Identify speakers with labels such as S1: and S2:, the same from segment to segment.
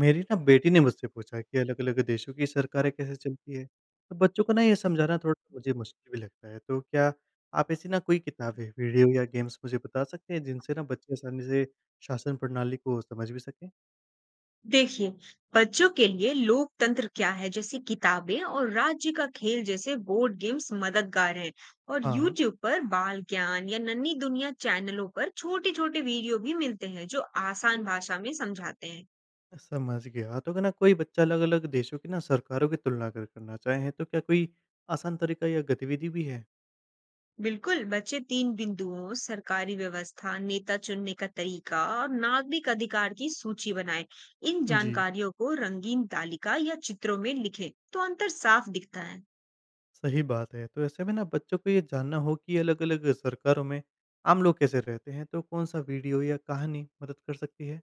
S1: मेरी ना बेटी ने मुझसे पूछा कि अलग-अलग देशों की सरकारें कैसे चलती है, तो बच्चों को ना ये समझाना थोड़ा मुझे मुश्किल भी लगता है। तो क्या आप ऐसी ना कोई किताबें, वीडियो या गेम्स मुझे बता सकते हैं जिनसे ना बच्चे आसानी से शासन प्रणाली को समझ भी सकें?
S2: देखिए, बच्चों के लिए लोकतंत्र क्या है जैसी किताबें और राज्य का खेल जैसे बोर्ड गेम्स मददगार हैं। और
S1: हाँ।
S2: YouTube पर बाल ज्ञान या नन्ही दुनिया चैनलों पर छोटे छोटे वीडियो भी मिलते हैं जो आसान भाषा में समझाते हैं।
S1: समझ गया, तो अगर ना कोई बच्चा अलग-अलग देशों की ना सरकारों की तुलना अगर करना चाहे तो क्या कोई आसान तरीका या गतिविधि भी है?
S2: बिल्कुल, बच्चे 3 बिंदुओं सरकारी व्यवस्था, नेता चुनने का तरीका और नागरिक अधिकार की सूची बनाएं। इन
S1: जी।
S2: जानकारियों को रंगीन तालिका या चित्रों में लिखें तो अंतर साफ दिखता है।
S1: सही बात है। तो ऐसे में ना बच्चों को ये जानना हो कि अलग-अलग सरकारों में आम लोग कैसे रहते हैं, तो कौन-सा वीडियो या कहानी मदद कर सकती है?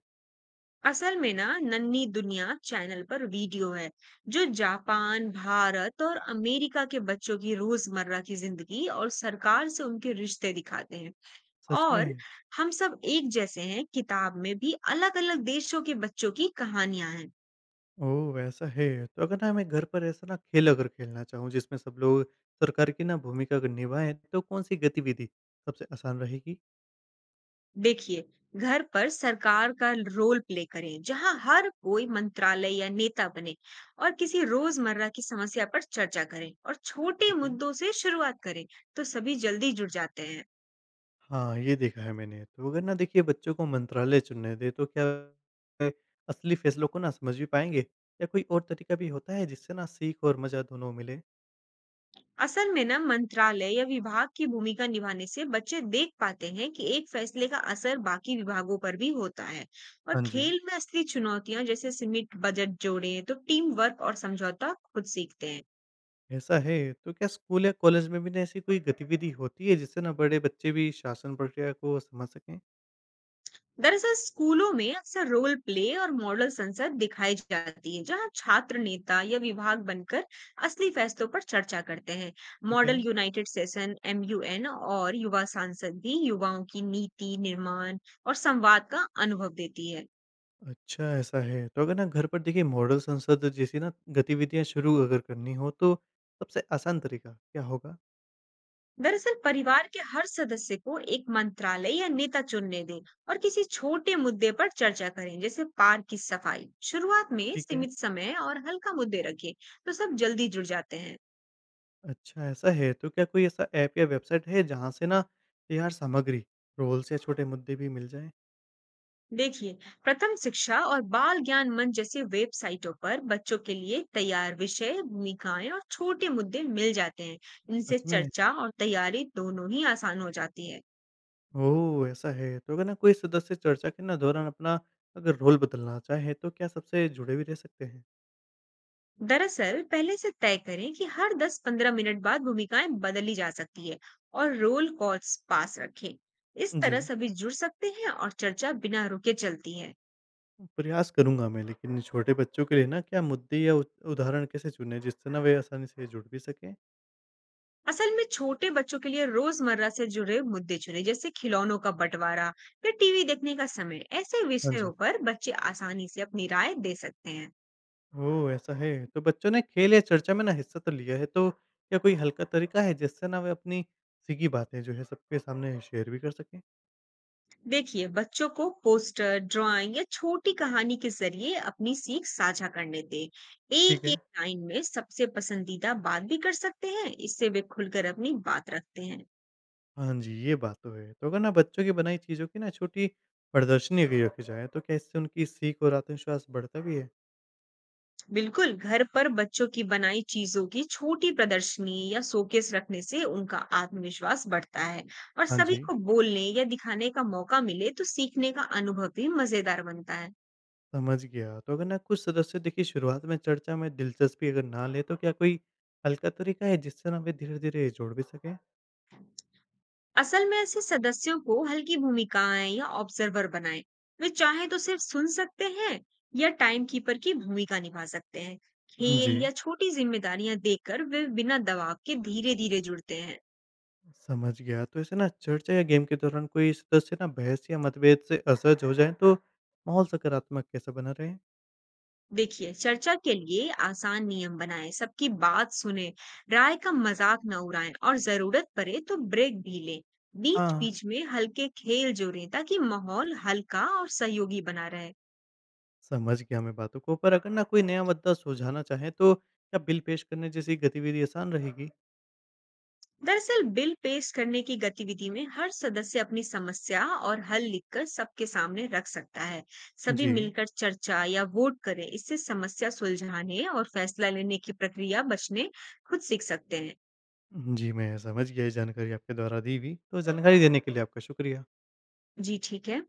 S2: असल में ना नन्ही दुनिया चैनल पर वीडियो है जो जापान, भारत और अमेरिका के बच्चों की रोजमर्रा की जिंदगी और सरकार से उनके रिश्ते दिखाते हैं।
S1: सच में?
S2: और हम सब एक जैसे हैं किताब में भी अलग-अलग देशों के बच्चों की कहानियां हैं।
S1: ओह! ऐसा है। तो अगर ना मैं घर पर ऐसा ना खेल अगर खेलना चाहूँ जिसमें सब लोग सरकार की ना भूमिका अगर निभाएँ, तो कौन-सी गतिविधि सबसे आसान रहेगी?
S2: देखिए, घर पर सरकार का रोल प्ले करें जहां हर कोई मंत्रालय या नेता बने और किसी रोजमर्रा की समस्या पर चर्चा करें और छोटे
S1: ठीक है।
S2: मुद्दों से शुरुआत करें। तो सभी जल्दी जुड़ जाते हैं।
S1: हाँ, ये देखा है मैंने। तो अगर ना देखिए बच्चों को मंत्रालय चुनने दें तो क्या वे असली फैसलों को ना समझ भी पाएँगे? या कोई और तरीका भी होता है जिससे ना सीख और मज़ा दोनों मिले?
S2: असल में ना मंत्रालय या विभाग की भूमिका निभाने से बच्चे देख पाते हैं कि एक फैसले का असर बाकी विभागों पर भी होता है। और
S1: हाँ जी।
S2: खेल में असली चुनौतियां जैसे सीमित बजट जोड़े तो टीम वर्क और समझौता खुद सीखते हैं।
S1: ऐसा है, तो क्या स्कूल या कॉलेज में भी ना ऐसी कोई गतिविधि होती है जिससे ना बड़े बच्चे भी शासन प्रक्रिया को समझ सकें?
S2: दरअसल स्कूलों में अक्सर रोल प्ले और मॉडल संसद दिखाई जाती है जहां छात्र नेता या विभाग बनकर असली फैसलों पर चर्चा करते हैं।
S1: ठीक
S2: मॉडल
S1: है।
S2: यूनाइटेड सेशन एमयूएन और युवा सांसद भी युवाओं की नीति निर्माण और संवाद का अनुभव देती है।
S1: अच्छा ऐसा है, तो अगर ना घर पर देखिए मॉडल संसद जैसी ना गतिविधियाँ शुरू अगर करनी हो तो सबसे आसान तरीका क्या होगा?
S2: दरअसल परिवार के हर सदस्य को एक मंत्रालय या नेता चुनने दें और किसी छोटे मुद्दे पर चर्चा करें जैसे पार्क की सफाई। शुरुआत में
S1: ठीक है।
S2: सीमित समय और हल्का मुद्दे रखें। तो सब जल्दी जुड़ जाते हैं।
S1: अच्छा ऐसा है, तो क्या कोई ऐसा ऐप या वेबसाइट है जहाँ से ना तैयार सामग्री, रोल्स या छोटे मुद्दे भी मिल जाएँ?
S2: देखिए, प्रथम शिक्षा और बाल ज्ञान मंच जैसे वेबसाइटों पर बच्चों के लिए तैयार विषय, भूमिकाएं और छोटे मुद्दे मिल जाते हैं। इनसे
S1: सच में?
S2: चर्चा और तैयारी दोनों ही आसान हो जाती है।
S1: ओह! ऐसा है, तो अगर ना कोई सदस्य चर्चा के ना दौरान अपना अगर रोल बदलना चाहे तो क्या सबसे जुड़े भी रह सकते हैं?
S2: दरअसल पहले से तय करें कि हर 10-15 मिनट बाद भूमिकाएं बदली जा सकती है और रोल कॉल्स पास रखें। इस
S1: जी।
S2: तरह सभी जुड़ सकते हैं और चर्चा बिना रुके चलती है।
S1: प्रयास करूँगा मैं लेकिन छोटे बच्चों के लिए ना क्या मुद्दे या उद उदाहरण कैसे चुनें जिससे ना वे आसानी से जुड़ भी सकें?
S2: असल में छोटे बच्चों के लिए रोजमर्रा से जुड़े मुद्दे चुने जैसे खिलौनों का बंटवारा या टीवी देखने का समय। ऐसे
S1: हाँ
S2: विषयों
S1: जी।
S2: पर बच्चे आसानी से अपनी राय दे सकते हैं।
S1: ओह! ऐसा है। तो बच्चों ने खेल या चर्चा में ना हिस्सा तो लिया है तो क्या कोई हल्का तरीका है जिससे ना वे अपनी सीखी बातें जो है सबके सामने शेयर भी कर सकें?
S2: देखिए, बच्चों को पोस्टर ड्राइंग या छोटी कहानी के जरिए अपनी सीख साझा करने दें।
S1: ठीक
S2: एक एक
S1: है।
S2: लाइन में सबसे पसंदीदा बात भी कर सकते हैं। इससे वे खुलकर अपनी बात रखते हैं।
S1: हाँ जी, ये बात तो है। तो अगर ना बच्चों की बनाई चीज़ों की ना छोटी प्रदर्शनी अगर रखी जाए तो क्या इससे उनकी सीख और आत्मविश्वास बढ़ता भी है?
S2: बिल्कुल, घर पर बच्चों की बनाई चीजों की छोटी प्रदर्शनी या शोकेस रखने से उनका आत्मविश्वास बढ़ता है। और
S1: हाँ
S2: सभी
S1: जी।
S2: को बोलने या दिखाने का मौका मिले तो सीखने का अनुभव भी मजेदार बनता है।
S1: समझ गया। तो अगर ना कुछ सदस्य देखिए शुरुआत में चर्चा में दिलचस्पी अगर ना ले तो क्या कोई हल्का तरीका है जिससे ना वे धीरे-धीरे जोड़ भी सकें?
S2: असल में ऐसे सदस्यों को हल्की भूमिकाएं या ऑब्जर्वर बनाएं। वे चाहे तो सिर्फ सुन सकते हैं या टाइम कीपर की भूमिका निभा सकते हैं।
S1: जी,
S2: खेल या छोटी जिम्मेदारियां देकर वे बिना दबाव के धीरे धीरे जुड़ते हैं।
S1: समझ गया। तो ऐसे ना चर्चा या गेम के दौरान कोई सदस्य ना बहस या मतभेद से असहज हो जाएँ तो माहौल सकारात्मक कैसे बना रहे?
S2: देखिए, चर्चा के लिए आसान नियम बनाएं, सबकी बात सुने, राय का मजाक न उड़ाएं और जरूरत पड़े तो ब्रेक भी लें। बीच
S1: हाँ।
S2: बीच में हल्के खेल जोड़ें ताकि माहौल हल्का और सहयोगी बना रहे।
S1: समझ गया मैं बातों को। पर अगर ना कोई नया मुद्दा सुलझाना चाहे तो क्या बिल पेश करने जैसी गतिविधि आसान रहेगी?
S2: दरअसल बिल पेश करने की गतिविधि में हर सदस्य अपनी समस्या और हल लिखकर सबके सामने रख सकता है। सभी
S1: जी।
S2: मिलकर चर्चा या वोट करें इससे समस्या सुलझाने और फैसला लेने की प्रक्रिया बचने खुद सीख सकते हैं।
S1: जी, मैं समझ गया ये जानकारी आपके द्वारा दी हुई। तो जानकारी देने के लिए आपका शुक्रिया।
S2: जी ठीक है।